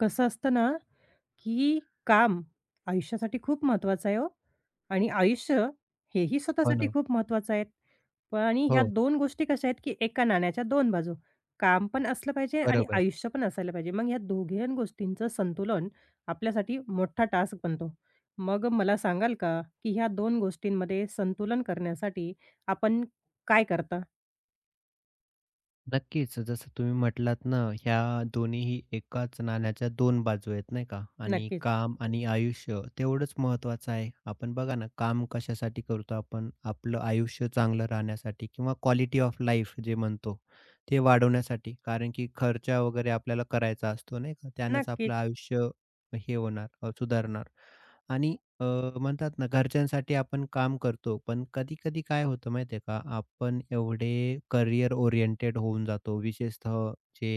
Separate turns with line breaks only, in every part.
कसं असतं ना, की काम आयुष्यासाठी खूप महत्त्वाचं आहे हो आणि आयुष्य हेही
हो
स्वतःसाठी
ना.
खूप महत्त्वाचं आहे. पण आणि ह्या
हो,
2 गोष्टी कशा आहेत, की एका नाण्याच्या 2 बाजू. काम पण असलं पाहिजे आणि
बरोबर.
आयुष्य पण असायला पाहिजे. मग ह्या दोघे गोष्टींचं संतुलन आपल्यासाठी मोठा टास्क बनतो. मग मला सांगाल का, की ह्या 2 गोष्टींमध्ये संतुलन करण्यासाठी आपण काय करता?
नक्कीच. जसं तुम्ही म्हटलात ना, ह्या दोन्हीही एकाच नाण्याच्या दोन बाजू आहेत, नाही का? आणि
नक्कीच,
काम आणि आयुष्य तेवढंच महत्त्वाचं आहे. आपण बघा ना, काम कशासाठी करतो आपण? आपलं आयुष्य चांगलं राहण्यासाठी किंवा क्वालिटी ऑफ लाईफ जे म्हणतो, ते वाढवण्यासाठी. कारण की खर्च वगैरे आपल्याला करायचा असतो, नाही का? त्यानंच
नक्कीच.
आपलं आयुष्य हे होणार, सुधारणार. आणि म्हणतात ना घरच्यांसाठी आपण काम करतो, पण कधी-कधी काय होतं माहिती आहे का, आपण एवढे करियर ओरिएंटेड होऊन जातो, विशेषतः जे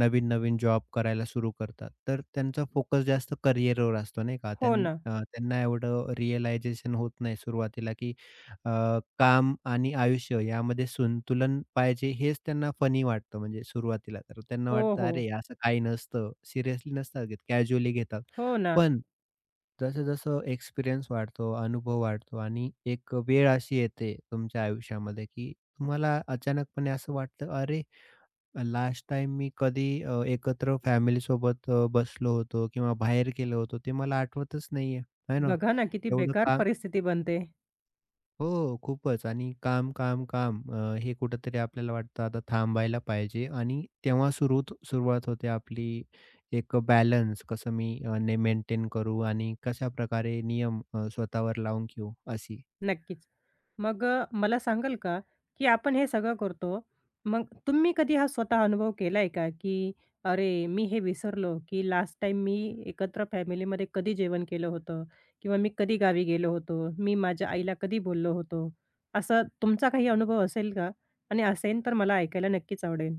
नवीन-नवीन जॉब करायला सुरू करतात, तर त्यांचा फोकस जास्त करियरवर असतो नाही का.
हो ना.
त्यांना एवढं रिअलायझेशन होत नाही सुरुवातीला, की अ, काम आणि आयुष्य यामध्ये संतुलन पाहिजे हेच त्यांना फनी वाटतं म्हणजे सुरुवातीला. तर त्यांना
हो,
वाटतं,
हो.
"अरे, असं काही नसतं." सिरियसली नसतात घेत, कॅज्युअली घेतात.
हो ना.
पण जसं-जसं एक्सपिरियन्स वाढतो, अनुभव वाढतो आणि एक वेळ अशी येते तुमच्या आयुष्यामध्ये, की तुम्हाला अचानकपणे असं वाटतं, "अरे, लास्ट टाइम मी कधी एकत्र फॅमिली सोबत बसलो होतो किंवा बाहेर गेलो होतो, ते मला आठवतच नाहीये." है ना?
बघा ना, किती
एवढं
बेकार
काम
परिस्थिती बनते.
हो, हो, खूपच आणि काम, काम, काम हे कुठेतरी आपल्याला वाटतं आता थांबायला पाहिजे आणि तेव्हा सुरुवात होते आपली एक बॅलन्स कसं मी मेंटेन करू आणि कशा प्रकारे नियम स्वतःवर लावून घेऊ अशी.
नक्कीच. मग मला सांगाल का, की आपण हे सगळं करतो. मग तुम्ही कधी हा स्वतः अनुभव केलाय का, की "अरे, मी हे विसरलो, की लास्ट टाइम मी एकत्र फॅमिलीमध्ये कधी जेवण केलं होतं किंवा मी कधी गावी गेलो होतो, मी माझ्या आईला कधी बोललो होतो." असा तुमचा काही अनुभव असेल का? आणि असेल तर मला ऐकायला नक्कीच आवडेल.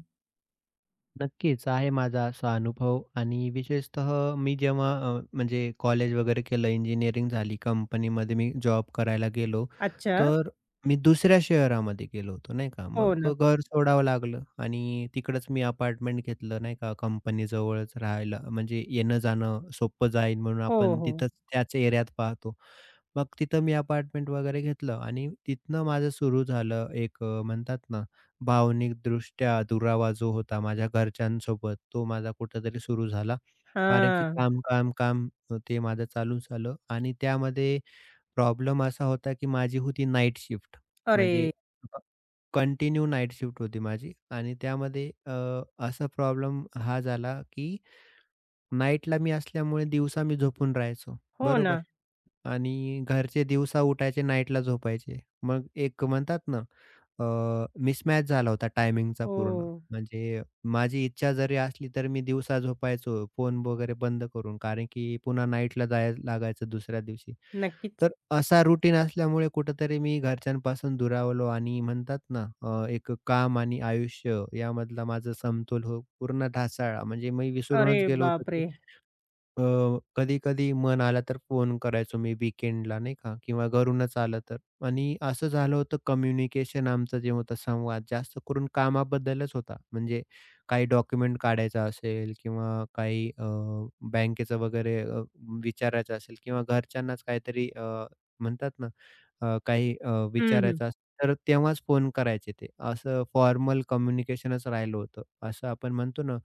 नक्कीच आहे माझा असा अनुभव आणि विशेषतः मी जेव्हा म्हणजे कॉलेज वगैरे केलं, इंजिनिअरिंग झाली, कंपनीमध्ये मी जॉब करायला गेलो,
अच्छा.
तर मी दुसऱ्या शहरामध्ये गेलो होतो, नाही का.
हो ना.
मग घर सोडावं लागलं आणि तिकडंच मी अपार्टमेंट घेतलं, नाही का, कंपनीजवळच राहायला म्हणजे येणं-जाणं सोपं जाईल म्हणून
हो,
आपण
हो.
तिथंच त्याच एरियात पाहतो. मग तिथं मी अपार्टमेंट वगैरे घेतलं आणि तिथनं माझं सुरू झालं एक म्हणतात ना भावनिकदृष्ट्या दुरावा जो होता माझ्या घरच्यांसोबत, तो माझा कुठेतरी सुरू झाला. कारण की
हां.
काम, काम, काम ते माझं चालूच आलं आणि त्यामध्ये प्रॉब्लेम असा होता की माझी होती नाईट शिफ्ट.
अरे!
म्हणजे क कंटिन्यू नाईट शिफ्ट होती माझी आणि त्यामध्ये असा प्रॉब्लेम हा झाला की नाईटला मी असल्यामुळे दिवसा मी झोपून राहायचो,
हो ना.
बरोबर? आणि घरचे दिवसा उठायचे, नाईटला झोपायचे. मग एक म्हणतात ना अ, मिसमॅच झाला होता टायमिंगचा
हो.
पूर्ण. म्हणजे माझी इच्छा जरी असली, तर मी दिवसा झोपायचो फोन वगैरे बंद करून, कारण की पुन्हा नाईटला जायला लागायचं दुसऱ्या दिवशी.
नक्कीच.
तर असा रुटीन असल्यामुळे कुठेतरी मी घरच्यांपासून दुरावलो आणि म्हणतात ना, एक काम आणि आयुष्य यामधला माझा समतोल हो पूर्ण ढासळला. म्हणजे मी
अरे
विसरूनच गेलो होतो
बापरे!
अ, कधी-कधी मन आला तर फोन करायचो मी वीकेंडला नाही का किंवा घरूनच आलं तर आणि असं झालं होतं कम्युनिकेशन आमचं जे होतं संवाद जास्त करून कामाबद्दलच होता. म्हणजे काही डॉक्युमेंट काढायचा असेल किंवा काही बँकेचं वगैरे विचारायचं असेल किंवा घरच्यांनाच काहीतरी म्हणतात ना काही
हं, हं.
विचारायचं असलं तर तेव्हाच फोन करायचे ते. असं फॉर्मल कम्युनिकेशनच राहिलं होतं. असं आपण म्हणतो ना,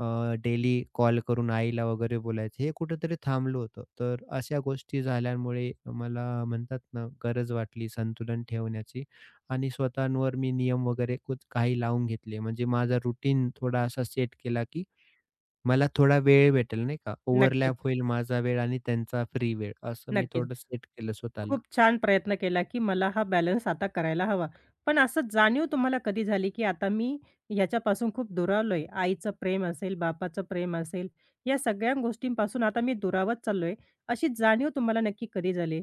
डेली कॉल करून आईला वगैरे बोलायचं, हे कुठेतरी थांबलं होतं. तर अशा गोष्टी झाल्यामुळे मला म्हणतात ना, गरज वाटली संतुलन ठेवण्याची आणि स्वतःवर मी नियम वगैरे काही लावून घेतले. म्हणजे माझा रुटीन थोडा असा सेट केला, की मला थोडा वेळ भेटेल नाही का.
नक्कीच.
ओव्हरलॅप होईल माझा वेळ आणि त्यांचा फ्री वेळ असं मी
नक्कीच.
थोडं सेट केलं स्वतःला.
खूप छान प्रयत्न केला, की मला हा बॅलन्स आता करायला हवा. पण असं जाणीव तुम्हाला कधी झाली, की आता मी ह्याच्यापासून खूप दुरावलोय? आईचं प्रेम असेल, बापाचं प्रेम असेल, या सगळ्या गोष्टींपासून आता मी दुरावत चाललोय, अशी जाणीव तुम्हाला नक्की कधी झाली?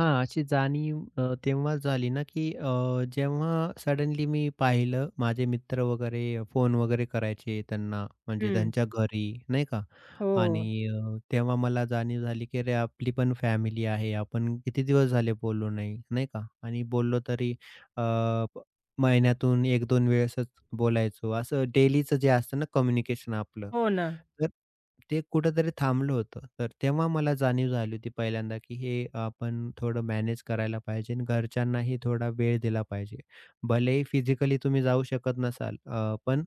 हां, अशी जाणीव तेव्हाच झाली ना, की जेव्हा सडनली मी पाहिलं माझे मित्र वगैरे फोन वगैरे करायचे त्यांना, म्हणजे
हं.
त्यांच्या घरी नाही का
हो, हो.
आणि तेव्हा मला जाणीव झाली, की अरे आपली पण फॅमिली आहे. आपण किती दिवस झाले बोललो नाही, नाही का? आणि बोललो तरी अ, प महिन्यातून 1-2 वेळेसच बोलायचो. असं डेलीचं जे असतं ना कम्युनिकेशन आपलं.
हो ना.
तर ते कुठेतरी थांबलं होतं. तर तेव्हा मला जाणीव झाली होती पहिल्यांदा, की हे आपण थोडं मॅनेज करायला पाहिजे आणि घरच्यांनाही थोडा वेळ दिला पाहिजे. भलेही फिजिकली तुम्ही जाऊ शकत नसाल, पण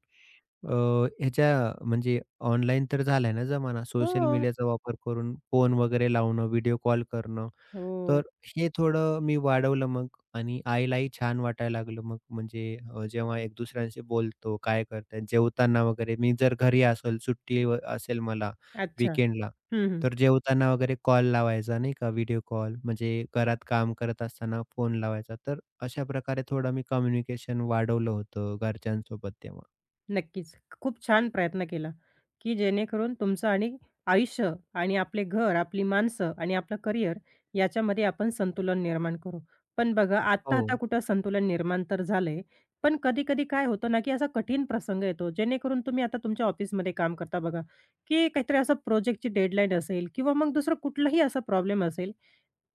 अ, ह्याच्या म्हणजे ऑनलाईन तर झालाय ना जमाना. सोशल
हो,
मीडियाचा वापर करून फोन वगैरे लावणं, व्हिडिओ कॉल करणं.
हो.
तर हे थोडं मी वाढवलं मग आणि आईलाही छान वाटायला लागलं मग. म्हणजे जेव्हा एक दुसऱ्यांशी बोलतो, काय करताय, जेवताना वगैरे मी जर घरी असेल, सुट्टी व असेल मला
अच्छा.
वीकेंडला,
हं, हं.
तर जेवताना वगैरे कॉल लावायचा नाही का, व्हिडिओ कॉल. म्हणजे घरात काम करत असताना फोन लावायचा. तर अशा प्रकारे थोडं मी कम्युनिकेशन वाढवलं होतं घरच्यांसोबत तेव्हा.
नक्कीच. खूप छान प्रयत्न केला, की जेणेकरून तुमचं आणि आयुष्य आणि आपले घर, आपली माणसं आणि आपलं करिअर याच्यामध्ये आपण संतुलन निर्माण करू. पण बघा
हो.
आता-आता कुठं संतुलन निर्माण तर झालंय. पण कधी-कधी काय होतं ना, की असा कठीण प्रसंग येतो, जेणेकरून तुम्ही आता तुमच्या ऑफिसमध्ये काम करता बघा, की काहीतरी असं प्रोजेक्टची डेडलाईन असेल किंवा मग दुसरा कुठलाही असा प्रॉब्लेम असेल.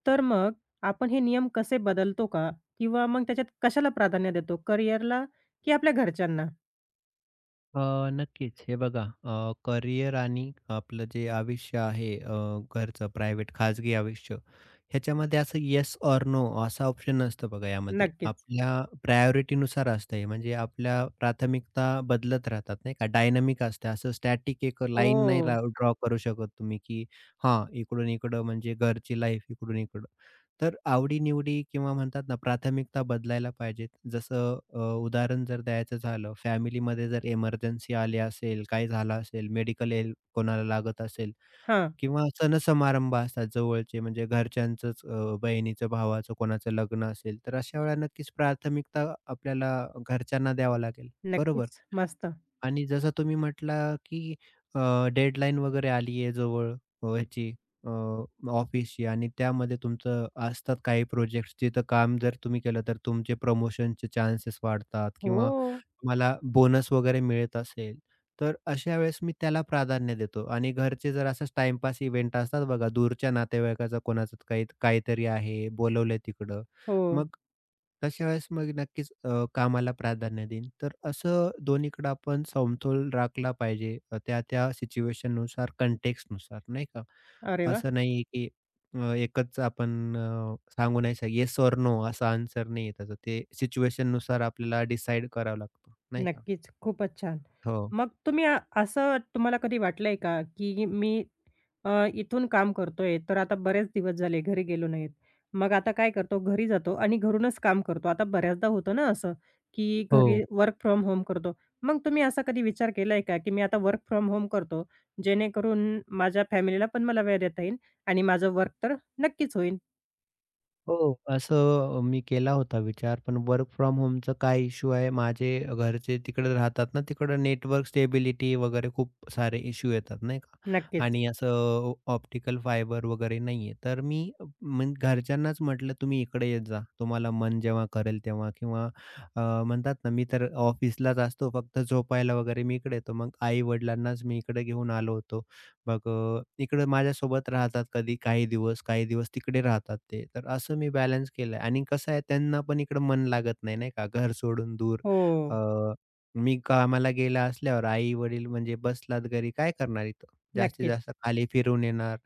तर मग आपण हे नियम कसे बदलतो का? किंवा मग त्याच्यात कशाला प्राधान्य देतो, करिअरला की आपल्या घरच्यांना?
अ, नक्कीच. हे बघा करिअर आणि आपलं जे आयुष्य आहे घरचं प्रायव्हेट खाजगी आयुष्य, ह्याच्यामध्ये असं येस ओर नो असा ऑप्शन नसतं बघा यामध्ये.
नक्कीच.
आपल्या प्रायोरिटीनुसार असतं हे. म्हणजे आपल्या प्राथमिकता बदलत राहतात नाही का, डायनामिक असतं. असं स्टॅटिक एक लाईन नाही
हो.
ड्रॉ करू शकत तुम्ही, की हां, इकडून इकडं म्हणजे घरची लाईफ इकडून इकडं. तर आवडी-निवडी किंवा म्हणतात ना, प्राथमिकता बदलायला पाहिजेत. जसं उदाहरण जर द्यायचं झालं, फॅमिलीमध्ये जर इमर्जन्सी आली असेल, काही झालं असेल, मेडिकल हेल्प कोणाला लागत असेल
हां.
किंवा सण-समारंभ असतात जवळचे, म्हणजे घरच्यांचंच बहिणीचं, भावाचं, कोणाचं लग्न असेल, तर अशा वेळेला नक्कीच प्राथमिकता आपल्याला घरच्यांना द्यावं लागेल, बरोबर?
नक्कीच. मस्त.
आणि जसं तुम्ही म्हटला, की अ, डेडलाईन वगैरे आली आहे जवळ ह्याची अ, ऑफिसची आणि त्यामध्ये तुमचं असतात काही प्रोजेक्ट्स जिथं काम जर तुम्ही केलं तर तुमचे प्रमोशनचे चान्सेस वाढतात किंवा
हो,
तुम्हाला बोनस वगैरे मिळत असेल, तर अशा वेळेस मी त्याला प्राधान्य देतो आणि घरचे जर असंच टाईमपास इव्हेंट असतात बघा, दूरच्या नातेवाईकाचा कोणाचं काही काहीतरी आहे, बोलवलंय तिकडं.
हो.
मग तशा वेळेस मग नक्कीच कामाला प्राधान्य देईन. तर असं दोन्हीकडे आपण समतोल राखला पाहिजे त्या-त्या सिच्युएशननुसार, कंटेक्स्टनुसार नाही का?
अरे वाह!
असं नाही की एकच आपण सांगू नाही शकत येस और नो असा आन्सर नाही आहे त्याचा. ते सिच्युएशननुसार आपल्याला डिसाईड करावं लागतं नाही का?
नक्कीच. खूपच छान.
हो.
मग तुम्ही असं तुम्हाला कधी वाटलंय का, की मी अ, इथून काम करतोय, तर आता बरेच दिवस झाले घरी गेलो नाहीत. मग आता काय करतो, घरी जातो आणि घरूनच काम करतो. आता बऱ्याचदा होतं ना असं, की घरी
हो.
वर्क फ्रॉम होम करतो. मग तुम्ही असा कधी विचार केलाय का, की मी आता वर्क फ्रॉम होम करतो, जेणेकरून माझ्या फॅमिलीला पण मला वेळ देता येईल आणि माझं वर्क तर नक्कीच होईल?
हो, असं मी केला होता विचार, पण वर्क फ्रॉम होमचं काय इश्यू आहे, माझे घरचे तिकडे राहतात ना, तिकडं नेटवर्क स्टेबिलिटी वगैरे खूप सारे इश्यू येतात नाही का?
नक्कीच.
आणि असं ऑप्टिकल फायबर वगैरे नाहीये. तर मी मग घरच्यांनाच म्हटलं, "तुम्ही इकडे येत जा, तुम्हाला मन जेव्हा करेल तेव्हा" किंवा म्हणतात ना, मी तर ऑफिसलाच असतो, फक्त झोपायला वगैरे मी इकडे येतो. मग आई-वडिलांनाच मी इकडे घेऊन आलो होतो. मग इकडं माझ्यासोबत राहतात कधी काही दिवस, काही दिवस तिकडे राहतात ते. तर असं मी बॅलन्स केलंय आणि कसं आहे त्यांना पण इकडं मन लागत नाही, नाही का, घर सोडून दूर.
हो,
अ, मी कामाला गेला असल्यावर आई-वडील म्हणजे बसलात घरी काय करणार इथं? जास्तीत
नक्कीच.
जास्त खाली फिरून येणार.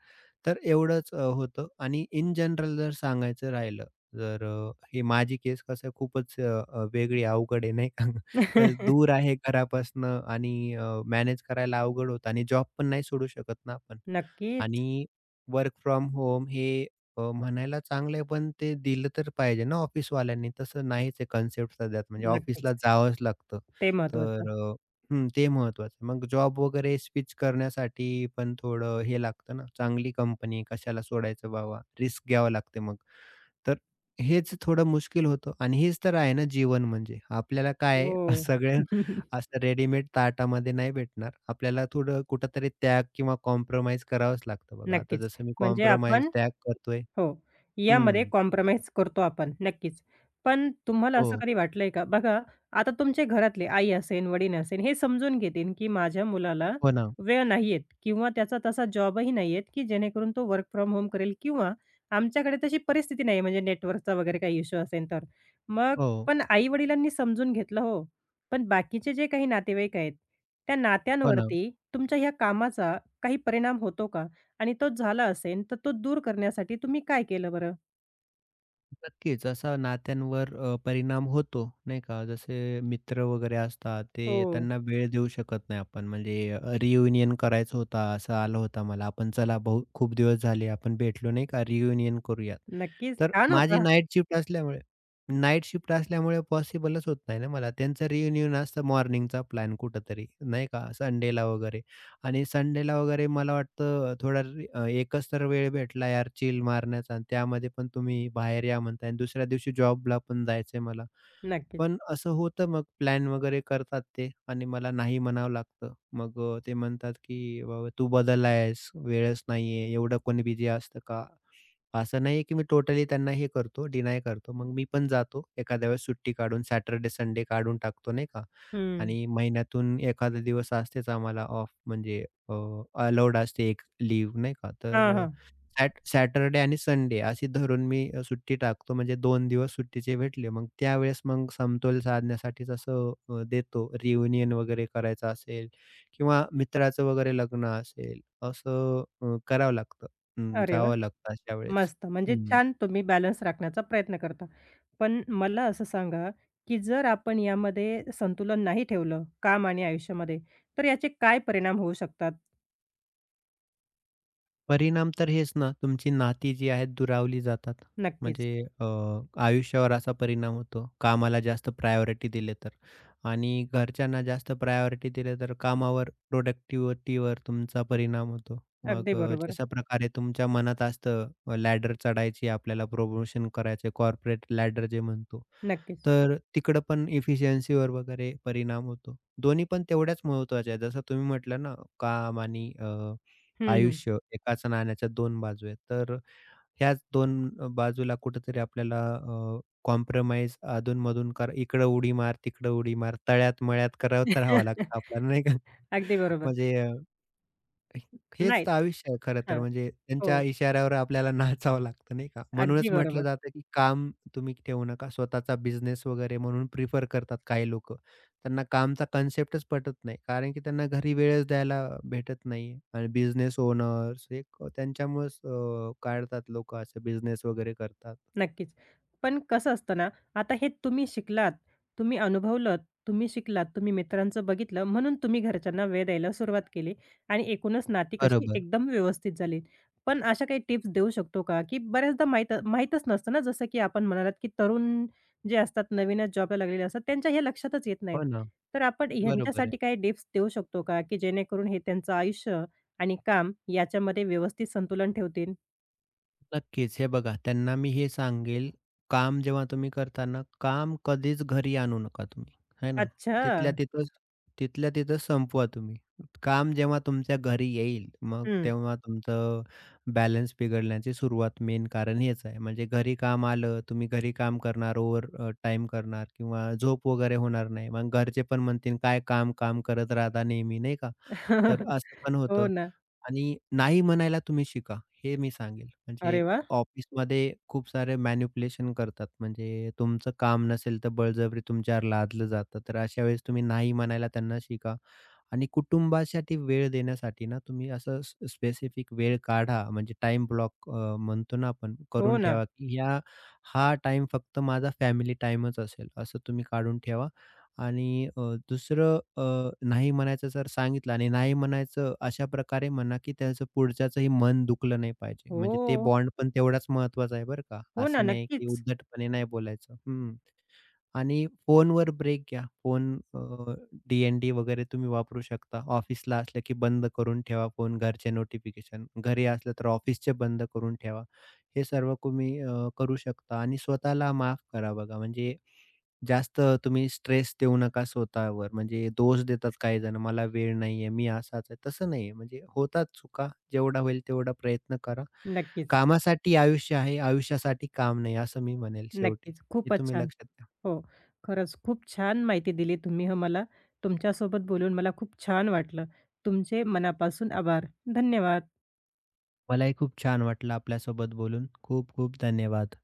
तर एवढंच होतं आणि इन जनरल जर सांगायचं राहिलं, तर ही माझी केस कसं आहे खूपच अ, अ, वेगळी अवघड आहे, नाही का? दूर आहे घरापासनं आणि मॅनेज करायला अवघड होतं आणि जॉब पण नाही सोडू शकत ना आपण.
नक्कीच,
आणि वर्क फ्रॉम होम हे म्हणायला चांगलं आहे, पण ते दिलं तर पाहिजे ना ऑफिसवाल्यांनी. तसं नाहीच आहे कन्सेप्ट सध्या म्हणजे ऑफिसला
नक्कीच.
जावंच लागतं.
ते महत्वाचं.
तर ते महत्त्वाचं. मग जॉब वगैरे स्विच करण्यासाठी पण थोडं हे लागतं ना, चांगली कंपनी कशाला सोडायचं बाबा, रिस्क घ्यावं लागते मग. तर हेच थोडं मुश्किल होतं आणि हेच तर आहे ना जीवन म्हणजे. आपल्याला काय आहे
हो.
सगळं असं रेडीमेड ताटामध्ये नाही भेटणार. आपल्याला थोडं कुठेतरी त्याग किंवा कॉम्प्रोमाईज करावंच लागतं बघा. आता
नक्कीच.
जसं मी
म्हणजे
कॉम्प्रोमाईज,
आपण
त्याग करतोय.
हो. यामध्ये
हं.
कॉम्प्रोमाईज करतो आपण नक्कीच. पण तुम्हाला असं
हो.
कधी वाटलंय का? बघा आता तुमचे घरातले आई असेन, वडील असेन हे समजून घेतील, की माझ्या मुलाला
हो ना.
वेळ नाहीये किंवा त्याचा तसा जॉबही नाहीये, की जेणेकरून तो वर्क फ्रॉम होम करेल किंवा आमच्याकडे तशी परिस्थिती नाही म्हणजे नेटवर्कचा वगैरे काही इश्यू असेल तर. मग
हो.
पण आई-वडिलांनी समजून घेतलं हो. पण बाकीचे जे काही नातेवाईक आहेत, त्या
हो ना.
नात्यांवरती तुमच्या ह्या कामाचा काही परिणाम होतो का? आणि तो झाला असेन, तर तो दूर करण्यासाठी तुम्ही काय केलं बरं?
नक्कीच असा नात्यांवर परिणाम होतो, नाही का? जसे मित्र वगैरे असतात, ते
हो.
त्यांना वेळ देऊ शकत नाही आपण. म्हणजे रियुनियन करायचं होता, असं आलं होतं मला. आपण चला भाऊ खूप दिवस झाले आपण भेटलो नाही का, रियुनियन करूयात.
नक्कीच.
तर
छान
माझी
होता.
नाईट शिफ्ट असल्यामुळे पॉसिबलच होत नाही ना मला. त्यांचं रियुनियन असतं मॉर्निंगचा प्लॅन कुठेतरी, नाही का? संडेला वगैरे. आणि संडेला वगैरे मला वाटतं थोडा एकच तर वेळ भेटला यार चिल मारण्याचा आणि त्यामध्ये पण तुम्ही बाहेर या म्हणताय आणि दुसऱ्या दिवशी जॉबला पण जायचंय मला.
नक्कीच.
पण असं होतं मग प्लॅन वगैरे करतात ते आणि मला नाही म्हणावं लागतं. मग ते म्हणतात की "बाबा तू बदलला वेळच नाहीये, एवढं कोणी बिझी असतं का?" असं नाहीये की मी टोटली त्यांना हे करतो, डिनाय करतो. मग मी पण जातो एखाद्या वेळेस सुट्टी काढून सॅटर्डे, संडे काढून टाकतो नाही का?
हं.
आणि महिन्यातून एखादा दिवस असतेच आम्हाला ऑफ म्हणजे अलाउड असते एक लीव्ह नाही का. तर
हां, हां.
सॅटरडे आणि संडे अशी धरून मी सुट्टी टाकतो म्हणजे दोन दिवस सुट्टीचे भेटले. मग त्यावेळेस मग समतोल साधण्यासाठीच असं देतो. रियुनियन वगैरे करायचं असेल किंवा मित्राचं वगैरे लग्न असेल असं करावं लागतं. हं,
अरे वाह!
जावं लागतं अशा वेळेस.
मस्त. म्हणजे
हं.
छान तुम्ही बॅलन्स राखण्याचा प्रयत्न करता. पण मला असं सांगा, की जर आपण यामध्ये संतुलन नाही ठेवलं, काम आणि आयुष्यामध्ये, तर याचे काय परिणाम होऊ शकतात?
परिणाम तर हेच ना, तुमची नाती जी आहेत दुरावली जातात.
नक्कीच.
म्हणजे अ, आयुष्यावर असा परिणाम होतो, कामाला जास्त प्रायोरिटी दिली तर. आणि घरच्यांना जास्त प्रायोरिटी दिली तर कामावर प्रोडक्टिव्हिटीवर तुमचा परिणाम होतो.
अगदी
मग
बरोबर.
जशा प्रकारे तुमच्या मनात असतं लॅडर चढायची आपल्याला प्रमोशन करायचं आहे कॉर्पोरेट लॅडर जे म्हणतो.
नक्कीच.
तर तिकडं पण एफिशियन्सीवर वगैरे परिणाम होतो. दोन्ही पण तेवढ्याच महत्त्वाच्या आहेत. जसं तुम्ही म्हटलं ना काम आणि
हं, हं.
आयुष्य एकाच नाण्याच्या 2 बाजू आहेत. तर ह्याच 2 बाजूला कुठेतरी आपल्याला कॉम्प्रोमाईज अधून-मधून कर इकडं उडी मार, तिकडं उडी मार, तळ्यात-मळ्यात करत राहावं लागतं आपल्याला नाही का?
अगदी बरोबर.
म्हणजे हेच
नाही.
तर आयुष्य आहे खरं तर
हां.
म्हणजे त्यांच्या
हो.
इशाऱ्यावर आपल्याला नाचावं लागतं नाही का?
अगदी
म्हणूनच म्हटलं
बरोबर.
जातं, की काम तुम्ही ठेवू नका. स्वतःचा बिझनेस वगैरे म्हणून प्रिफर करतात काही लोक त्यांना कामचा कन्सेप्टच पटत नाही. कारण की त्यांना घरी वेळच द्यायला भेटत नाहीये आणि बिझनेस ओनर्स हे त्यांच्यामुळेच काढतात लोकं असे बिझनेस वगैरे करतात.
नक्कीच. पण कसं असतं ना, आता हे तुम्ही शिकलात, तुम्ही अनुभवलत, तुम्ही शिकलात, तुम्ही मित्रांचं बघितलं म्हणून तुम्ही घरच्यांना वेळ द्यायला सुरुवात केली आणि एकूणच नाती कशी
बरोबर.
एकदम व्यवस्थित झाली. पण अशा काही टिप्स देऊ शकतो का, की बऱ्याचदा माहीतच नसतं ना, जसं की आपण म्हणालात, की तरुण जे असतात नवीनच जॉबला लागलेले असतात त्यांच्या हे लक्षातच येत नाहीत.
हो ना.
तर आपण
बरोबर
ह्यांच्यासाठी
आहे.
काही टिप्स देऊ शकतो का, की जेणेकरून हे त्यांचं आयुष्य आणि काम याच्यामध्ये व्यवस्थित संतुलन ठेवतील?
नक्कीच. हे बघा, त्यांना मी हे सांगेल, काम जेव्हा तुम्ही करताना काम कधीच घरी आणू नका तुम्ही, आहे ना.
अच्छा.
तिथल्या तिथंच तिथल्या तिथं संपवा तुम्ही. काम जेव्हा तुमच्या घरी येईल, मग
हं.
तेव्हा तुमचं बॅलन्स बिघडण्याची सुरुवात मेन कारण हेच आहे. म्हणजे घरी काम आलं, तुम्ही घरी काम करणार, ओव्हर करणार किंवा झोप वगैरे होणार नाही. मग घरचे पण म्हणतील, "काय काम, काम करत राहता नेहमी," नाही का. तर असं पण
हो
होतं.
ना.
आणि नाही म्हणायला तुम्ही शिका, हे मी सांगेल.
अरे
म्हणजे
वाह!
ऑफिसमध्ये खूप सारे मॅनिप्युलेशन करतात. म्हणजे तुमचं काम नसेल, तर बळजबरी तुमच्यावर लादलं जातं. तर अशा वेळेस तुम्ही नाही म्हणायला त्यांना शिका. आणि कुटुंबासाठी वेळ देण्यासाठी ना तुम्ही असं स्पेसिफिक वेळ काढा म्हणजे टाइम ब्लॉक म्हणतो ना आपण
हो
करून
ना.
ठेवा की हा टाइम फक्त माझा फॅमिली टाइमच असेल असं तुम्ही काढून ठेवा आणि दुसरं नाही म्हणायचं जर सांगितलं आणि नाही म्हणायचं अशा प्रकारे म्हणा की त्याचं पुढच्याचंही मन दुखलं नाही पाहिजे
हो.
म्हणजे ते बॉन्ड पण तेवढाच महत्वाचा आहे बरं का
हो ना.
असं नाही की
नक्कीच.
उद्धटपणे नाही बोलायचं आणि फोनवर ब्रेक घ्या. फोन अ, DND वगैरे तुम्ही वापरू शकता. ऑफिसला असलं की बंद करून ठेवा फोन, घरचे नोटिफिकेशन. घरी असलं तर ऑफिसचे बंद करून ठेवा. हे सर्व तुम्ही करू शकता आणि स्वतःला माफ करा बघा. म्हणजे जास्त तुम्ही स्ट्रेस देऊ नका स्वतःवर. म्हणजे दोष देतात काही जण, "मला वेळ नाहीये, मी असाच आहे." तसं नाहीये. म्हणजे होतात चुका. जेवढा होईल तेवढा प्रयत्न करा.
नक्कीच.
कामासाठी आयुष्य आहे, आयुष्यासाठी काम नाही असं मी म्हणेल शेवटी.
नक्कीच.
हे
खूपच
तुम्ही
छान.
लक्षात
हो. खरंच खूप छान माहिती दिली तुम्ही हं मला. तुमच्यासोबत बोलून मला खूप छान वाटलं. तुमचे मनापासून आभार. धन्यवाद.
मलाही खूप छान वाटलं आपल्यासोबत बोलून. खूप खूप धन्यवाद.